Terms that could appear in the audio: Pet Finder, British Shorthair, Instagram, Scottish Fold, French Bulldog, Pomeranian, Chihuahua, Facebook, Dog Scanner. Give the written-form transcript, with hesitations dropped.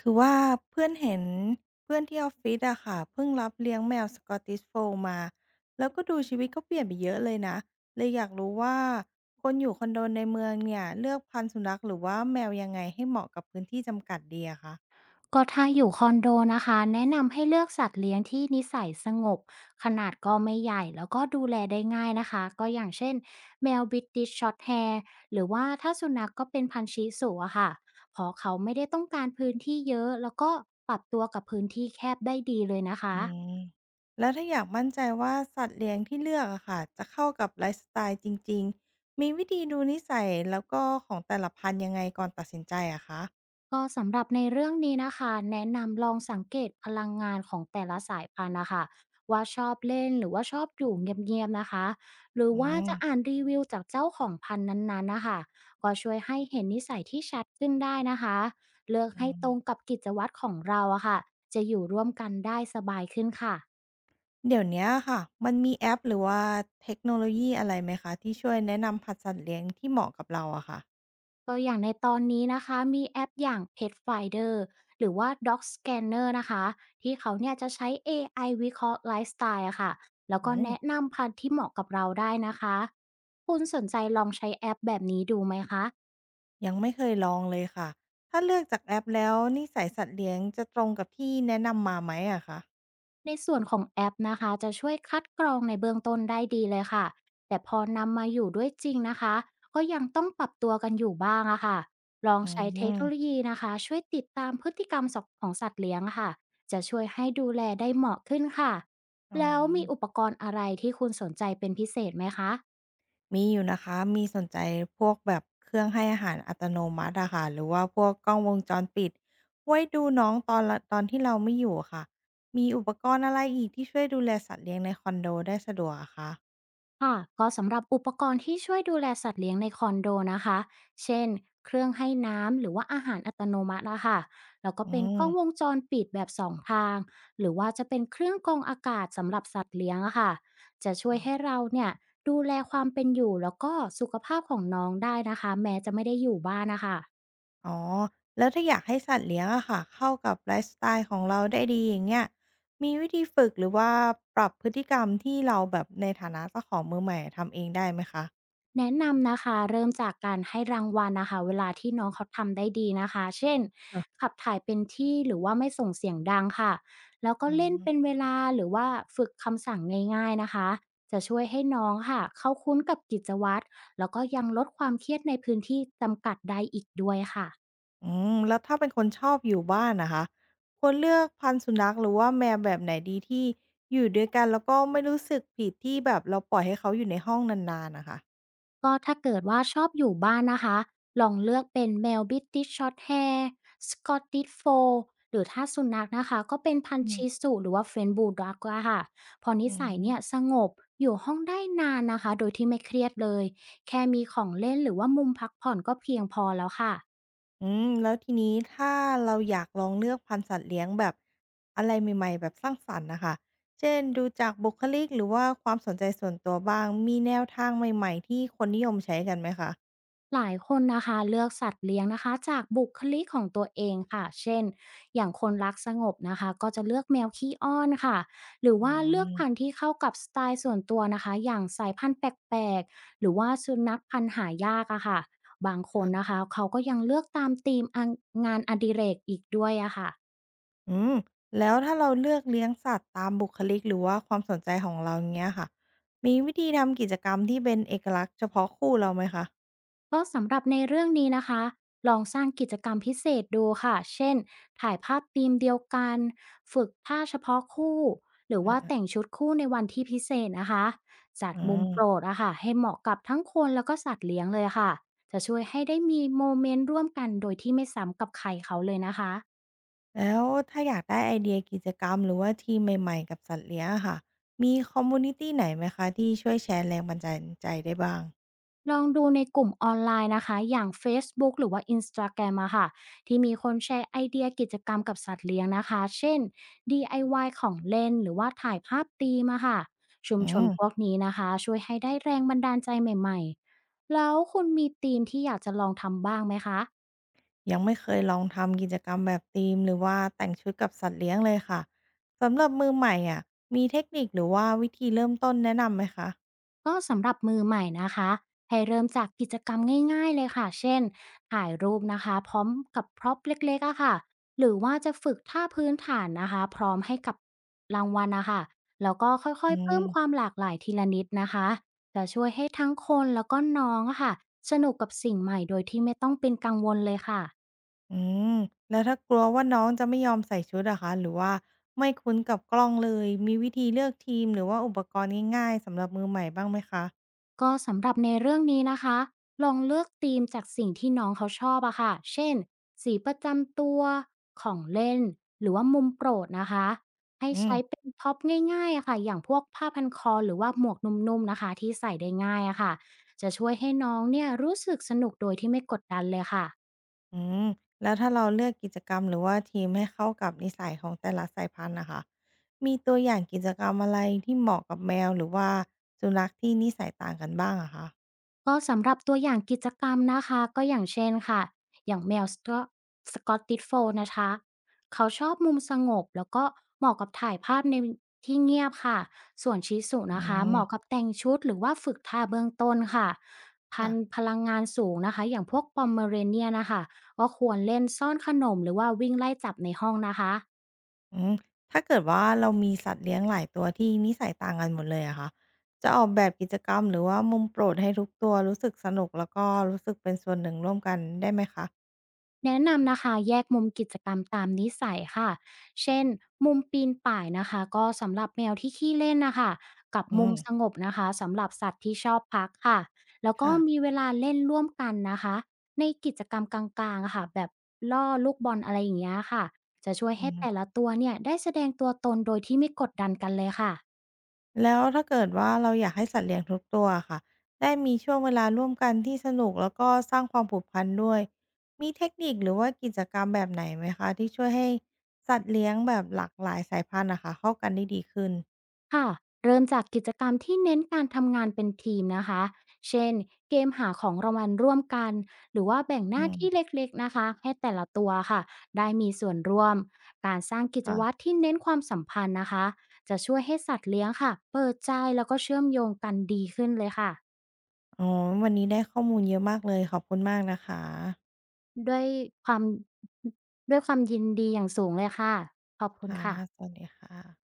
คือว่าเพื่อนเห็นเพื่อนที่ออฟฟิศอะค่ะเพิ่งรับเลี้ยงแมวสกอตติชโฟลด์มาแล้วก็ดูชีวิตก็เปลี่ยนไปเยอะเลยนะเลยอยากรู้ว่าคนอยู่คอนโดในเมืองเนี่ยเลือกพันธุ์สุนัขหรือว่าแมวยังไงให้เหมาะกับพื้นที่จำกัดดีอะคะก็ถ้าอยู่คอนโดนะคะแนะนำให้เลือกสัตว์เลี้ยงที่นิสัยสงบขนาดก็ไม่ใหญ่แล้วก็ดูแลได้ง่ายนะคะก็อย่างเช่นแมวบิติชช็อตแฮร์หรือว่าถ้าสุนัขก็เป็นพันธุ์ชิสุอะค่ะเพราะเขาไม่ได้ต้องการพื้นที่เยอะแล้วก็ปรับตัวกับพื้นที่แคบได้ดีเลยนะคะ อืมแล้วถ้าอยากมั่นใจว่าสัตว์เลี้ยงที่เลือกอะค่ะจะเข้ากับไลฟ์สไตล์จริงๆมีวิธีดูนิสัยแล้วก็ของแต่ละพันธุ์ยังไงก่อนตัดสินใจอะคะก็สำหรับในเรื่องนี้นะคะแนะนำลองสังเกตพลังงานของแต่ละสายพันธุ์นะคะว่าชอบเล่นหรือว่าชอบอยู่เงียบๆนะคะหรืออืว่ามจะอ่านรีวิวจากเจ้าของพันธุ์นั้นๆนะคะก็ช่วยให้เห็นนิสัยที่ชัดขึ้นได้นะคะเลือกอืให้ม ตรงกับกิจวัตรของเราอะค่ะจะอยู่ร่วมกันได้สบายขึ้นค่ะ เดี๋ยวเนี้ยค่ะมันมีแอปหรือว่าเทคโนโลยีอะไรไหมคะที่ช่วยแนะนำหัดสัตว์เลี้ยงที่เหมาะกับเราอะค่ะก็อย่างในตอนนี้นะคะมีแอปอย่าง Pet Finder หรือว่า Dog Scanner นะคะที่เขาเนี่ยจะใช้ AI วิเคราะห์ไลฟ์สไตล์อะค่ะแล้วก็อืมแนะนำพันธุ์ที่เหมาะกับเราได้นะคะคุณสนใจลองใช้แอปแบบนี้ดูไหมคะ ยังไม่เคยลองเลยค่ะถ้าเลือกจากแอปแล้วนิสัยสัตว์เลี้ยงจะตรงกับที่แนะนำมาไหมอะคะในส่วนของแอปนะคะจะช่วยคัดกรองในเบื้องต้นได้ดีเลยค่ะแต่พอนำมาอยู่ด้วยจริงนะคะก็ยังต้องปรับตัวกันอยู่บ้างอะค่ะลองอืใช้เทคโนโลมยีนะคะช่วยติดตามพฤติกรรมสของสัตว์เลี้ยงอะค่ะจะช่วยให้ดูแลได้เหมาะขึ้นค่ะอ๋อแล้วมีอุปกรณ์อะไรที่คุณสนใจเป็นพิเศษไหมคะ มีอยู่นะคะมีสนใจพวกแบบเครื่องให้อาหารอัตโนมัติอะค่ะหรือว่าพวกกล้องวงจรปิดไว้ดูน้องตอนละตอนที่เราไม่อยู่อะค่ะมีอุปกรณ์อะไรอีกที่ช่วยดูแลสัตว์เลี้ยงในคอนโดได้สะดวกอะคะค่ะก็สำหรับอุปกรณ์ที่ช่วยดูแลสัตว์เลี้ยงในคอนโดนะคะ เช่นเครื่องให้น้ำหรือว่าอาหารอัตโนมัตินะคะ แล้วก็อืเป็นมกล้องวงจรปิดแบบสองทางหรือว่าจะเป็นเครื่องกรองอากาศสำหรับสัตว์เลี้ยงอะค่ะจะช่วอ๋ยอ ให้เราเนี่ยดูแลความเป็นอยู่แล้วก็สุขภาพของน้องได้นะคะแม้จะไม่ได้อยู่บ้านนะคะ อ๋อ แล้วถ้าอยากให้สัตว์เลี้ยงอะค่ะเข้ากับไลฟ์สไตล์ของเราได้ดีอย่างเงี้ยมีวิธีฝึกหรือว่าปรับพฤติกรรมที่เราแบบในฐานะเจ้าของมือใหม่ทำเองได้ไหมคะแนะนำนะคะเริ่มจากการให้รางวัลนะคะเวลาที่น้องเขาทำได้ดีนะคะเช่นค่ะขับถ่ายเป็นที่หรือว่าไม่ส่งเสียงดังค่ะแล้วก็อืเล่นเป็นมเวลาหรือว่าฝึกคำสั่งง่ายๆนะคะจะช่วยให้น้องค่ะเข้าคุ้นกับกิจวัตรแล้วก็ยังลดความเครียดในพื้นที่จำกัดได้อีกด้วยค่ะ อืม แล้วถ้าเป็นคนชอบอยู่บ้านอะคะควรเลือกพันธุ์สุนัขหรือว่าแมวแบบไหนดีที่อยู่ด้วยกันแล้วก็ไม่รู้สึกผิดที่แบบเราปล่อยให้เขาอยู่ในห้องนานๆน่ะค่ะก็ถ้าเกิดว่าชอบอยู่บ้านนะคะ ลองเลือกเป็นแมว b ิ i t i s h Shorthair s c o t t i s f o หรือถ้าสุนัขนะคะก็เป็นพันอืธุ์มชิสุหรือว่า French Bulldog อกอะค่ะ พออืนิสัยเนี่ยม สงบอยู่ห้องได้นานนะคะโดยที่ไม่เครียดเลยแค่มีของเล่นหรือว่ามุมพักผ่อนก็เพียงพอแล้วค่ะ แล้วทีนี้ถ้าเราอยากลองเลือกพันธุ์สัตว์เลี้ยงแบบอะไรใหม่ๆแบบสร้างสรรค์นะคะ เช่นดูจากบุคลิกหรือว่าความสนใจส่วนตัวบ้าง มีแนวทางใหม่ๆที่คนนิยมใช้กันไหมคะหลายคนนะคะเลือกสัตว์เลี้ยงนะคะจากบุคลิกของตัวเองค่ะเช่นอย่างคนรักสงบนะคะก็จะเลือกแมวขี้อ้อนค่ะหรืออ๋ว่าเลือกอพันธุ์ที่เข้ากับสไตล์ส่วนตัวนะคะอย่างสายพันธุ์แปลกๆหรือว่าสุนัขพันธุ์หายากอะค่ะบางคนค่ะนะคะเขาก็ยังเลือกตามธีมอังงานอดิเรกอีกด้วยอะค่ะ อืมแล้วถ้าเราเลือกเลี้ยงสัตว์ตามบุคลิกหรือว่าความสนใจของเราอย่างเงี้ยค่ะมีวิธีทำกิจกรรมที่เป็นเอกลักษณ์เฉพาะคู่เราไหมคะก็สำหรับในเรื่องนี้นะคะลองสร้างกิจกรรมพิเศษดูค่ะเช่นถ่ายภาพธีมเดียวกันฝึกท่าเฉพาะคู่หรือว่าแต่งชุดคู่ในวันที่พิเศษนะคะจัดอืมุมโปรม ดอะค่ะให้เหมาะกับทั้งคนแล้วก็สัตว์เลี้ยงเลยค่ะจะช่วยให้ได้มีโมเมนต์ร่วมกันโดยที่ไม่ซ้ำกับใครเขาเลยนะคะ แล้วถ้าอยากได้ไอเดียกิจกรรมหรือว่าทีมใหม่ๆกับสัตว์เลี้ยงอะค่ะมีคอมมูนิตีไหนไหมคะที่ช่วยแชร์แรงบันดาลใจได้บ้างลองดูในกลุ่มออนไลน์นะคะอย่าง Facebook หรือว่า Instagram อะค่ะที่มีคนแชร์ไอเดียกิจกรรมกับสัตว์เลี้ยงนะคะเช่น DIY ของเล่นหรือว่าถ่ายภาพตีมอะค่ะชุมอืชนมพวกนี้นะคะช่วยให้ได้แรงบันดาลใจใหม่ๆแล้วคุณมีธีมที่อยากจะลองทำบ้างไหมคะ ยังไม่เคยลองทำกิจกรรมแบบธีมหรือว่าแต่งชุดกับสัตว์เลี้ยงเลยค่ะสำหรับมือใหม่อะมีเทคนิคหรือว่าวิธีเริ่มต้นแนะนำไหมคะก็สำหรับมือใหม่นะคะให้เริ่มจากกิจกรรมง่ายๆเลยค่ะเช่นถ่ายรูปนะคะพร้อมกับพร็อพเล็กๆอะค่ะหรือว่าจะฝึกท่าพื้นฐานนะคะพร้อมให้กับรางวัลนะคะแล้วก็ค่ออืยๆเพิ่มความมหลากหลายทีละนิดนะคะจะช่วยให้ทั้งคนแล้วก็น้องอะค่ะสนุกกับสิ่งใหม่โดยที่ไม่ต้องเป็นกังวลเลยค่ะ อืมแล้วถ้ากลัวว่าน้องจะไม่ยอมใส่ชุดอะคะหรือว่าไม่คุ้นกับกล้องเลยมีวิธีเลือกทีมหรือว่าอุปกรณ์ง่ายๆสำหรับมือใหม่บ้างไหมคะก็สำหรับในเรื่องนี้นะคะ ลองเลือกธีมจากสิ่งที่น้องเขาชอบอะค่ะเช่น สีประจำตัวของเล่นหรือว่ามุมโปรดนะคะ ให้อืม ใช้เป็นท็อปง่ายๆอะค่ะอย่างพวกผ้าพันคอหรือว่าหมวกนุ่มๆนะคะที่ใส่ได้ง่ายอะค่ะจะช่วยให้น้องเนี่ยรู้สึกสนุกโดยที่ไม่กดดันเลยค่ะ อืมแล้วถ้าเราเลือกกิจกรรมหรือว่าทีมให้เข้ากับนิสัยของแต่ละสายพันธุ์นะคะมีตัวอย่างกิจกรรมอะไรที่เหมาะกับแมวหรือว่าสุนัขที่นิสัยต่างกันบ้างอะคะก็สำหรับตัวอย่างกิจกรรมนะคะก็อย่างเช่นค่ะอย่างแมวสกอตติชโฟลด์นะคะเขาชอบมุมสงบแล้วก็เหมาะกับถ่ายภาพในที่เงียบค่ะส่วนชิสุอืนะคะเหมมาะกับแต่งชุดหรือว่าฝึกท่าเบื้องต้นค่ะพัค่ะนธุ์พลังงานสูงนะคะอย่างพวกปอมเมอเรเนียนะคะก็ควรเล่นซ่อนขนมหรือว่าวิ่งไล่จับในห้องนะคะ อืมถ้าเกิดว่าเรามีสัตว์เลี้ยงหลายตัวที่นิสัยต่างกันหมดเลยอะคะจะออกแบบกิจกรรมหรือว่ามุมโปรดให้ทุกตัวรู้สึกสนุกแล้วก็รู้สึกเป็นส่วนหนึ่งร่วมกันได้ไหมคะแนะนำนะคะแยกมุมกิจกรรมตามนิสัยค่ะ เช่น มุมปีนป่ายนะคะก็สำหรับแมวที่ขี้เล่นนะคะกับอืมุมมสงบนะคะสำหรับสัตว์ที่ชอบพักค่ะแล้วก็ค่ะมีเวลาเล่นร่วมกันนะคะในกิจกรรมกลางๆอะค่ะแบบล่อลูกบอลอะไรอย่างเงี้ยค่ะจะช่วยอืให้ม แต่ละตัวเนี่ยได้แสดงตัวตนโดยที่ไม่กดดันกันเลยค่ะ แล้วถ้าเกิดว่าเราอยากให้สัตว์เลี้ยงทุกตัวค่ะได้มีช่วงเวลาร่วมกันที่สนุกแล้วก็สร้างความผูกพันด้วยมีเทคนิคหรือว่ากิจกรรมแบบไหนไหมคะที่ช่วยให้สัตว์เลี้ยงแบบหลากหลายสายพันธุ์นะคะเข้ากันได้ดีขึ้นค่ะเริ่มจากกิจกรรมที่เน้นการทำงานเป็นทีมนะคะเช่นเกมหาของรางวัลร่วมกันหรือว่าแบ่งหอืน้าที่เมล็กๆนะคะให้แต่ละตัวค่ะได้มีส่วนร่วมการสร้างกิจวัตค่ะรที่เน้นความสัมพันธ์นะคะจะช่วยให้สัตว์เลี้ยงค่ะเปิดใจแล้วก็เชื่อมโยงกันดีขึ้นเลยค่ะอ๋อวันนี้ได้ข้อมูลเยอะมากเลยขอบคุณมากนะคะด้วยความด้วยความยินดีอย่างสูงเลยค่ะขอบคุณค่ะสค่ะวัสดีค่ะ